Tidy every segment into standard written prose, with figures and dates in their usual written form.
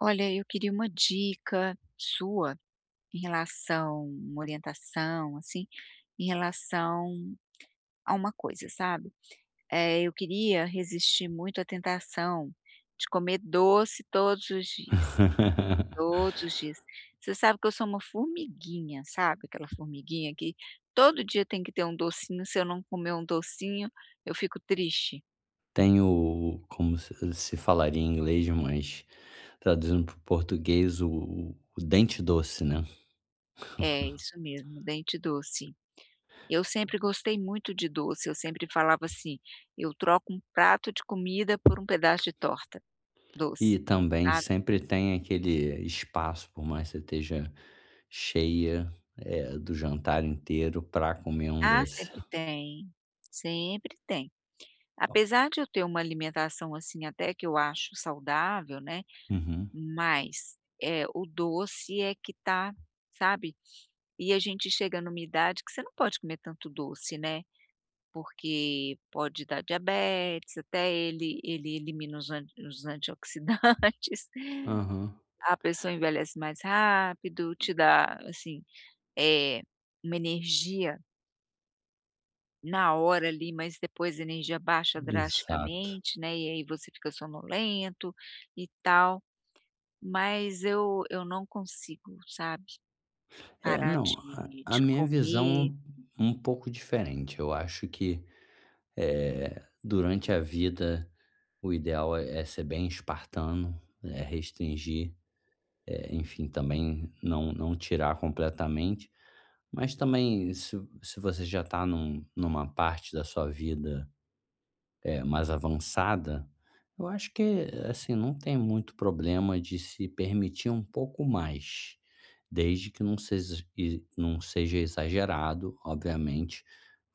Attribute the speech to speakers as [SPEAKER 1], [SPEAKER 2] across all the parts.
[SPEAKER 1] Olha, eu queria uma dica sua em relação uma orientação, assim, em relação a uma coisa, sabe. Eu queria resistir muito à tentação de comer doce todos os dias, todos os dias. Você sabe que eu sou uma formiguinha, sabe, aquela formiguinha que todo dia tem que ter um docinho, se eu não comer um docinho, eu fico triste.
[SPEAKER 2] Tenho, como se falaria em inglês, mas traduzindo para o português, o dente doce, né.
[SPEAKER 1] É, isso mesmo, dente doce. Eu sempre gostei muito de doce, eu sempre falava assim: "Eu troco um prato de comida por um pedaço de torta
[SPEAKER 2] E
[SPEAKER 1] doce",
[SPEAKER 2] também
[SPEAKER 1] sabe.
[SPEAKER 2] sempre tem aquele espaço, por mais que você esteja cheia, do jantar inteiro pra comer um
[SPEAKER 1] Ah,
[SPEAKER 2] doce.
[SPEAKER 1] sempre tem, sempre tem. Apesar de eu ter uma alimentação, assim, até que eu acho saudável, né,
[SPEAKER 2] Uhum,
[SPEAKER 1] mas, o doce é que tá, sabe. E a gente chega numa idade que você não pode comer tanto doce, né, porque pode dar diabetes, até ele elimina os antioxidantes.
[SPEAKER 2] aham,
[SPEAKER 1] A pessoa envelhece mais rápido, te dá, assim, eh, uma energia na hora ali, mas depois a energia baixa
[SPEAKER 2] exato.
[SPEAKER 1] drasticamente, né, e aí você fica sonolento e tal, mas eu não consigo, sabe,
[SPEAKER 2] É,
[SPEAKER 1] parar
[SPEAKER 2] não, a
[SPEAKER 1] de
[SPEAKER 2] a
[SPEAKER 1] de
[SPEAKER 2] minha visão é
[SPEAKER 1] comer.
[SPEAKER 2] um pouco diferente. Eu acho que, durante a vida, o ideal é ser bem espartano, é restringir, enfim, também não tirar completamente, mas também se você já está numa parte da sua vida mais avançada, eu acho que, assim, não tem muito problema de se permitir um pouco mais, desde que não seja e não seja exagerado, obviamente.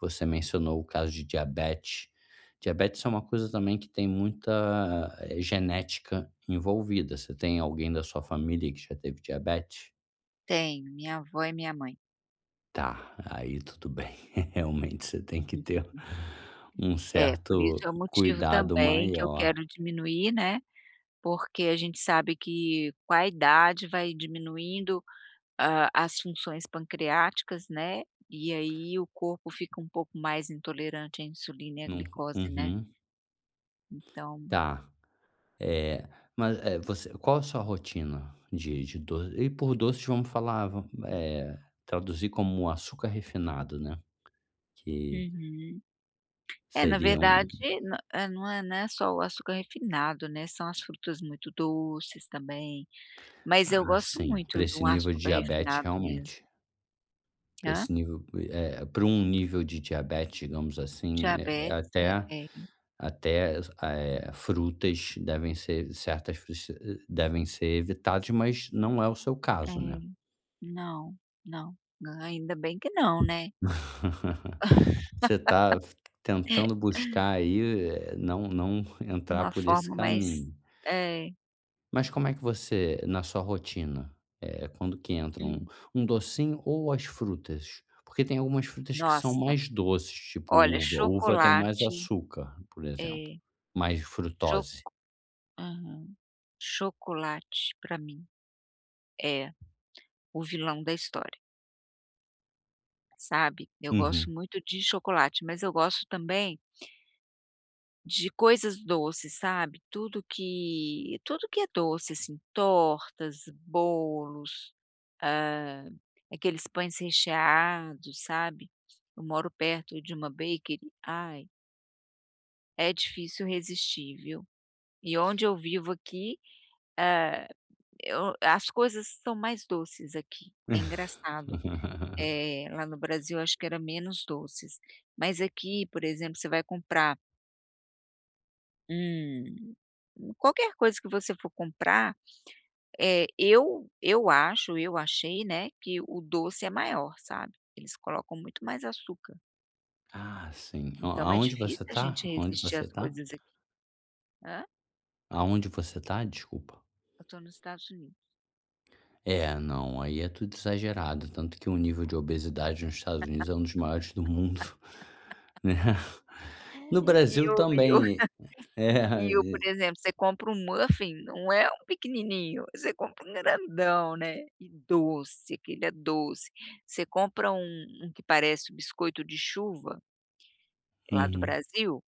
[SPEAKER 2] Você mencionou o caso de diabetes. Diabetes é uma coisa também que tem muita, genética envolvida. Você tem alguém da sua família que já teve diabetes?
[SPEAKER 1] Tenho, minha avó e minha mãe.
[SPEAKER 2] Tá, aí tudo bem. Realmente você tem que ter um
[SPEAKER 1] É, por isso é
[SPEAKER 2] certo
[SPEAKER 1] o motivo
[SPEAKER 2] cuidado
[SPEAKER 1] também que eu
[SPEAKER 2] maior.
[SPEAKER 1] quero diminuir, né, porque a gente sabe que com a idade vai diminuindo. Ah, as funções pancreáticas, né, e aí o corpo fica um pouco mais intolerante à insulina e à
[SPEAKER 2] Num
[SPEAKER 1] glicose, né,
[SPEAKER 2] uhum,
[SPEAKER 1] então
[SPEAKER 2] tá. Eh, mas, você, qual a sua rotina de doce? E por doce vamos falar, traduzir como açúcar refinado, né, que
[SPEAKER 1] uhum. É, na
[SPEAKER 2] seria
[SPEAKER 1] verdade,
[SPEAKER 2] um...
[SPEAKER 1] não é só o açúcar refinado, né, são as frutas muito doces também, mas eu
[SPEAKER 2] Ah,
[SPEAKER 1] gosto
[SPEAKER 2] sim, para
[SPEAKER 1] muito
[SPEAKER 2] esse
[SPEAKER 1] do
[SPEAKER 2] nível de
[SPEAKER 1] açúcar
[SPEAKER 2] diabetes
[SPEAKER 1] refinado mesmo.
[SPEAKER 2] realmente. Para
[SPEAKER 1] Hã?
[SPEAKER 2] esse nível, pra um nível de diabetes, digamos assim,
[SPEAKER 1] Diabetes, né, é,
[SPEAKER 2] frutas devem ser, certas frutas devem ser evitadas, mas não é o seu
[SPEAKER 1] é.
[SPEAKER 2] caso, né?
[SPEAKER 1] Não, não, ainda bem que não, né.
[SPEAKER 2] Você está tentando buscar aí, não entrar
[SPEAKER 1] Uma
[SPEAKER 2] por esse
[SPEAKER 1] forma mais
[SPEAKER 2] caminho.
[SPEAKER 1] é.
[SPEAKER 2] Mas como é que você, na sua rotina, quando que entra um
[SPEAKER 1] Hum.
[SPEAKER 2] um docinho ou as frutas? Porque tem algumas frutas que são
[SPEAKER 1] Nossa.
[SPEAKER 2] mais doces, tipo
[SPEAKER 1] Olha,
[SPEAKER 2] uva. Uva tem mais
[SPEAKER 1] chocolate
[SPEAKER 2] açúcar, por exemplo,
[SPEAKER 1] é
[SPEAKER 2] mais
[SPEAKER 1] cho
[SPEAKER 2] frutose.
[SPEAKER 1] aham. Chocolate para mim é o vilão da história, sabe. Eu gosto
[SPEAKER 2] Uhum.
[SPEAKER 1] muito de chocolate, mas eu gosto também de coisas doces, sabe. Tudo que é doce, assim, tortas, bolos, hã, aqueles pães recheados, sabe. Eu moro perto de uma bakery, ai, é difícil resistir, viu. E onde eu vivo aqui, ah, eu as coisas são mais doces aqui, é engraçado. Lá no Brasil acho que era menos doces, mas aqui, por exemplo, você vai comprar um qualquer coisa que você for comprar, eu acho, eu achei, né, que o doce é maior, sabe. Eles colocam muito mais açúcar,
[SPEAKER 2] Ah, sim. A
[SPEAKER 1] então é
[SPEAKER 2] aonde você
[SPEAKER 1] difícil a
[SPEAKER 2] tá?
[SPEAKER 1] gente
[SPEAKER 2] Aonde
[SPEAKER 1] resistir
[SPEAKER 2] você
[SPEAKER 1] às
[SPEAKER 2] tá?
[SPEAKER 1] coisas aqui. Hã?
[SPEAKER 2] Aonde você tá? Desculpa.
[SPEAKER 1] Eu estou nos Estados Unidos.
[SPEAKER 2] É, não, aí é tudo exagerado, tanto que o nível de obesidade nos Estados Unidos é um dos maiores do mundo, né. No
[SPEAKER 1] E
[SPEAKER 2] Brasil
[SPEAKER 1] o e
[SPEAKER 2] também, é,
[SPEAKER 1] e o por exemplo, você compra um muffin, não é um pequenininho, você compra um grandão, né, e doce, aquele é doce. Você compra um que parece o biscoito de chuva, lá do
[SPEAKER 2] uhum.
[SPEAKER 1] Brasil,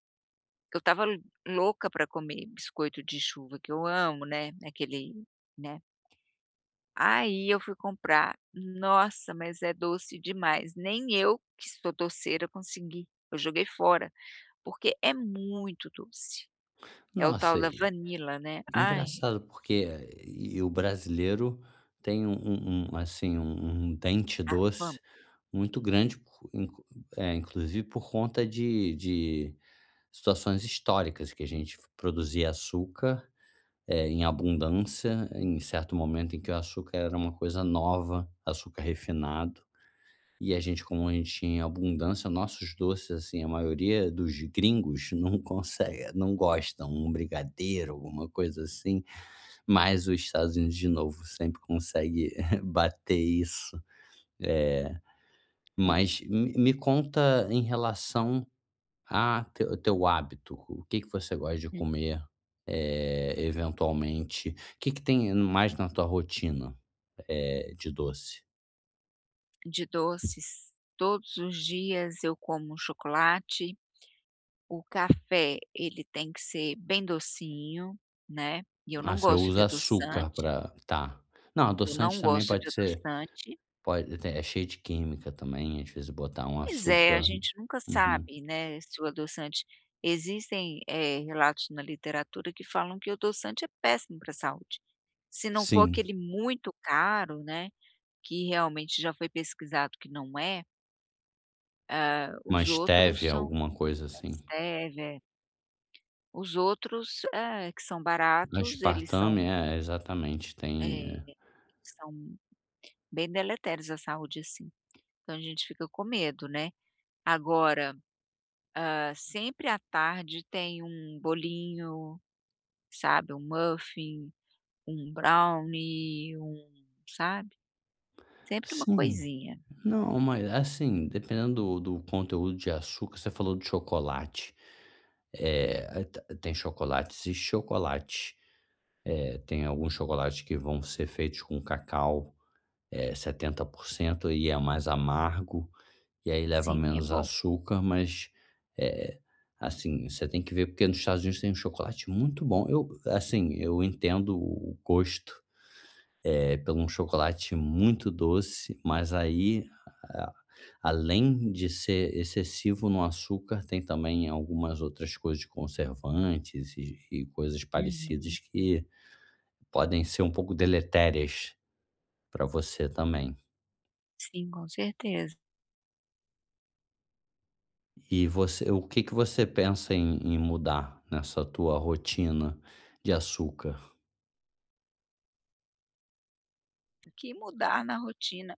[SPEAKER 1] eu estava louca para comer biscoito de chuva, que eu amo, né, aquele né. Aí eu fui comprar, nossa, mas é doce demais, nem eu que sou doceira consegui, eu joguei fora, porque é muito doce. É o tal
[SPEAKER 2] Nossa,
[SPEAKER 1] da
[SPEAKER 2] e
[SPEAKER 1] vanila, né. Ai,
[SPEAKER 2] engraçado porque e o brasileiro tem um, assim, um dente
[SPEAKER 1] a fã.
[SPEAKER 2] doce muito grande por inclu é, inclusive por conta de situações históricas que a gente produzia açúcar, em abundância, em certo momento em que o açúcar era uma coisa nova, açúcar refinado. E a gente, como a gente tinha abundância, nossos doces, assim, a maioria dos gringos não consegue, não gostam, um brigadeiro, alguma coisa assim, mas os Estados Unidos, de novo, sempre consegue bater isso. Eh,
[SPEAKER 1] É,
[SPEAKER 2] mas me conta em relação, ah, teu hábito, o que que você gosta de
[SPEAKER 1] hum,
[SPEAKER 2] comer, é eventualmente? O que que tem mais na tua rotina, de doce?
[SPEAKER 1] de doces, todos os dias eu como chocolate, o café ele tem que ser bem docinho, né, e eu
[SPEAKER 2] Ah,
[SPEAKER 1] não
[SPEAKER 2] você
[SPEAKER 1] gosto de
[SPEAKER 2] usa açúcar,
[SPEAKER 1] adoçante,
[SPEAKER 2] pra, tá. Não,
[SPEAKER 1] eu
[SPEAKER 2] adoçante
[SPEAKER 1] não
[SPEAKER 2] também
[SPEAKER 1] gosto de
[SPEAKER 2] pode ser,
[SPEAKER 1] adoçante.
[SPEAKER 2] pode, é cheio de química também, às vezes botar um
[SPEAKER 1] Pois é, a
[SPEAKER 2] açúcar,
[SPEAKER 1] gente nunca
[SPEAKER 2] uhum.
[SPEAKER 1] sabe, né, se o adoçante existem, relatos na literatura que falam que o adoçante é péssimo para a saúde. Se não for
[SPEAKER 2] Sim,
[SPEAKER 1] aquele muito caro, né, que realmente já foi pesquisado que não é.
[SPEAKER 2] uma
[SPEAKER 1] Os outros
[SPEAKER 2] stevia,
[SPEAKER 1] são
[SPEAKER 2] alguma coisa assim.
[SPEAKER 1] stevia, é. Os outros, que são baratos, eles
[SPEAKER 2] Aspartame,
[SPEAKER 1] são,
[SPEAKER 2] é, exatamente, tem,
[SPEAKER 1] eh, são bem deletérios à saúde, assim. Então a gente fica com medo, né. Agora, hã, sempre à tarde tem um bolinho, sabe, um muffin, um brownie, um sabe, sempre uma
[SPEAKER 2] sim.
[SPEAKER 1] coisinha.
[SPEAKER 2] Não, mas assim, dependendo do, do conteúdo de açúcar, você falou do chocolate. É, tem chocolates e chocolate. É, tem alguns chocolates que vão ser feitos com cacau, é, 70%, e é mais amargo, e aí leva
[SPEAKER 1] Sim, é
[SPEAKER 2] menos
[SPEAKER 1] bom.
[SPEAKER 2] açúcar, mas é, assim, você tem que ver, porque nos Estados Unidos tem um chocolate muito bom. Eu, assim, eu entendo o gosto, é, pelo um chocolate muito doce, mas aí, a- além de ser excessivo no açúcar, tem também algumas outras coisas de conservantes e coisas
[SPEAKER 1] Uhum.
[SPEAKER 2] parecidas que podem ser um pouco deletérias para você também.
[SPEAKER 1] Sim, com certeza.
[SPEAKER 2] E você, o que que você pensa em, em mudar nessa tua rotina de açúcar?
[SPEAKER 1] O que mudar na rotina?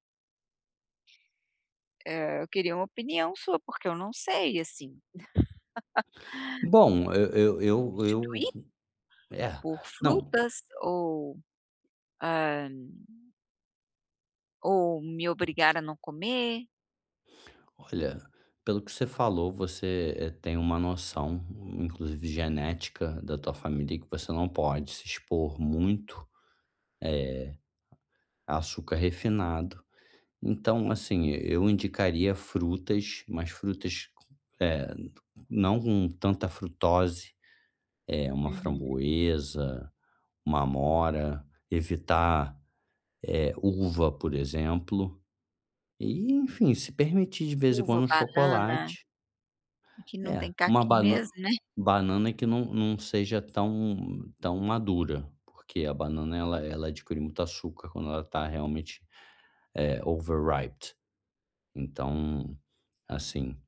[SPEAKER 1] Eu queria uma opinião sua, porque eu não sei, assim.
[SPEAKER 2] Bom, eu-
[SPEAKER 1] Substituir
[SPEAKER 2] é,
[SPEAKER 1] por
[SPEAKER 2] não,
[SPEAKER 1] frutas ou, hã, ou me obrigar a não comer,
[SPEAKER 2] olha, pelo que você falou, você, tem uma noção, inclusive genética, da tua família, que você não pode se expor muito a açúcar refinado. Então, assim, eu indicaria frutas, mas frutas, eh, não com tanta frutose, é, uma
[SPEAKER 1] uhum.
[SPEAKER 2] framboesa, uma amora, evitar, uva, por exemplo. E, enfim, se permitir de vez em
[SPEAKER 1] Uva,
[SPEAKER 2] quando um
[SPEAKER 1] banana,
[SPEAKER 2] chocolate.
[SPEAKER 1] que não
[SPEAKER 2] É,
[SPEAKER 1] tem
[SPEAKER 2] uma
[SPEAKER 1] caqui
[SPEAKER 2] banana.
[SPEAKER 1] mesmo, né.
[SPEAKER 2] Banana que não seja tão madura, porque a banana ela adquire muito açúcar quando ela está realmente, overripe. Então, assim,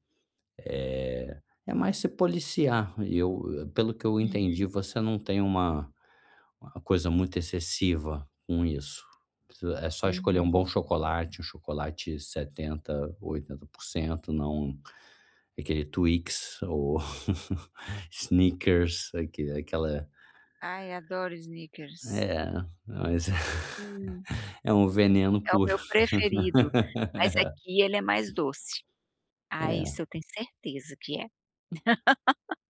[SPEAKER 2] é é mais se policiar. E eu, pelo que eu
[SPEAKER 1] Uhum,
[SPEAKER 2] entendi, você não tem uma coisa muito excessiva com isso. É só escolher um bom
[SPEAKER 1] uhum.
[SPEAKER 2] chocolate, um chocolate 70 80% não aquele Twix ou Snickers, aquela...
[SPEAKER 1] Ai, adoro Snickers.
[SPEAKER 2] É, mas
[SPEAKER 1] Hum,
[SPEAKER 2] é um veneno
[SPEAKER 1] é o
[SPEAKER 2] puro.
[SPEAKER 1] meu preferido, mas aqui ele é mais doce.
[SPEAKER 2] É,
[SPEAKER 1] Ah,
[SPEAKER 2] é,
[SPEAKER 1] isso eu tenho certeza que é.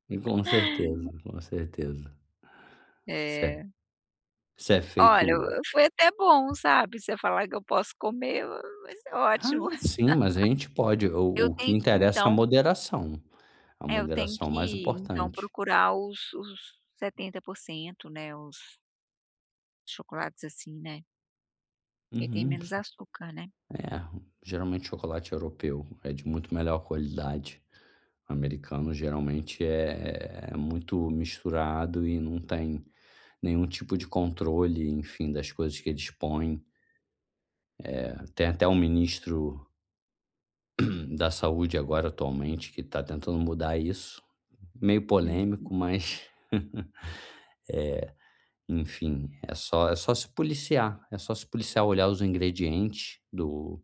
[SPEAKER 2] e com certeza, com certeza. Se é
[SPEAKER 1] É.
[SPEAKER 2] se é feito...
[SPEAKER 1] Olha, o foi até bom, sabe, você falar que eu posso comer, vai ser ótimo.
[SPEAKER 2] Ah, sim, mas a gente pode,
[SPEAKER 1] Eu
[SPEAKER 2] o que
[SPEAKER 1] tenho que
[SPEAKER 2] interessa é
[SPEAKER 1] então
[SPEAKER 2] a
[SPEAKER 1] é, eu tenho
[SPEAKER 2] moderação mais
[SPEAKER 1] que então
[SPEAKER 2] importante.
[SPEAKER 1] procurar os 70%, né, os chocolates, assim, né, que tem
[SPEAKER 2] Uhum,
[SPEAKER 1] menos açúcar, né.
[SPEAKER 2] é, geralmente chocolate europeu é de muito melhor qualidade. O americano geralmente é muito misturado e não tem nenhum tipo de controle, enfim, das coisas que eles põem. Tem até um ministro da saúde agora atualmente que está tentando mudar isso. Meio polêmico,
[SPEAKER 1] Uhum,
[SPEAKER 2] mas enfim, é só se policiar, é só se policiar, olhar os ingredientes do...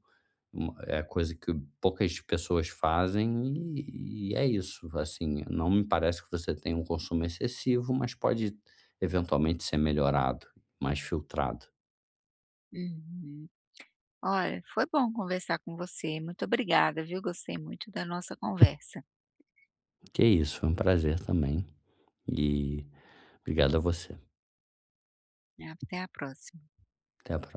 [SPEAKER 2] uma é coisa que poucas pessoas fazem, e é isso, assim, não me parece que você tem um consumo excessivo, mas pode eventualmente ser melhorado, mais filtrado.
[SPEAKER 1] uhum. Olha, foi bom conversar com você, muito obrigada, viu, gostei muito da nossa conversa.
[SPEAKER 2] Que é isso, foi um prazer também e obrigado a você.
[SPEAKER 1] Até a próxima.
[SPEAKER 2] Até a próxima.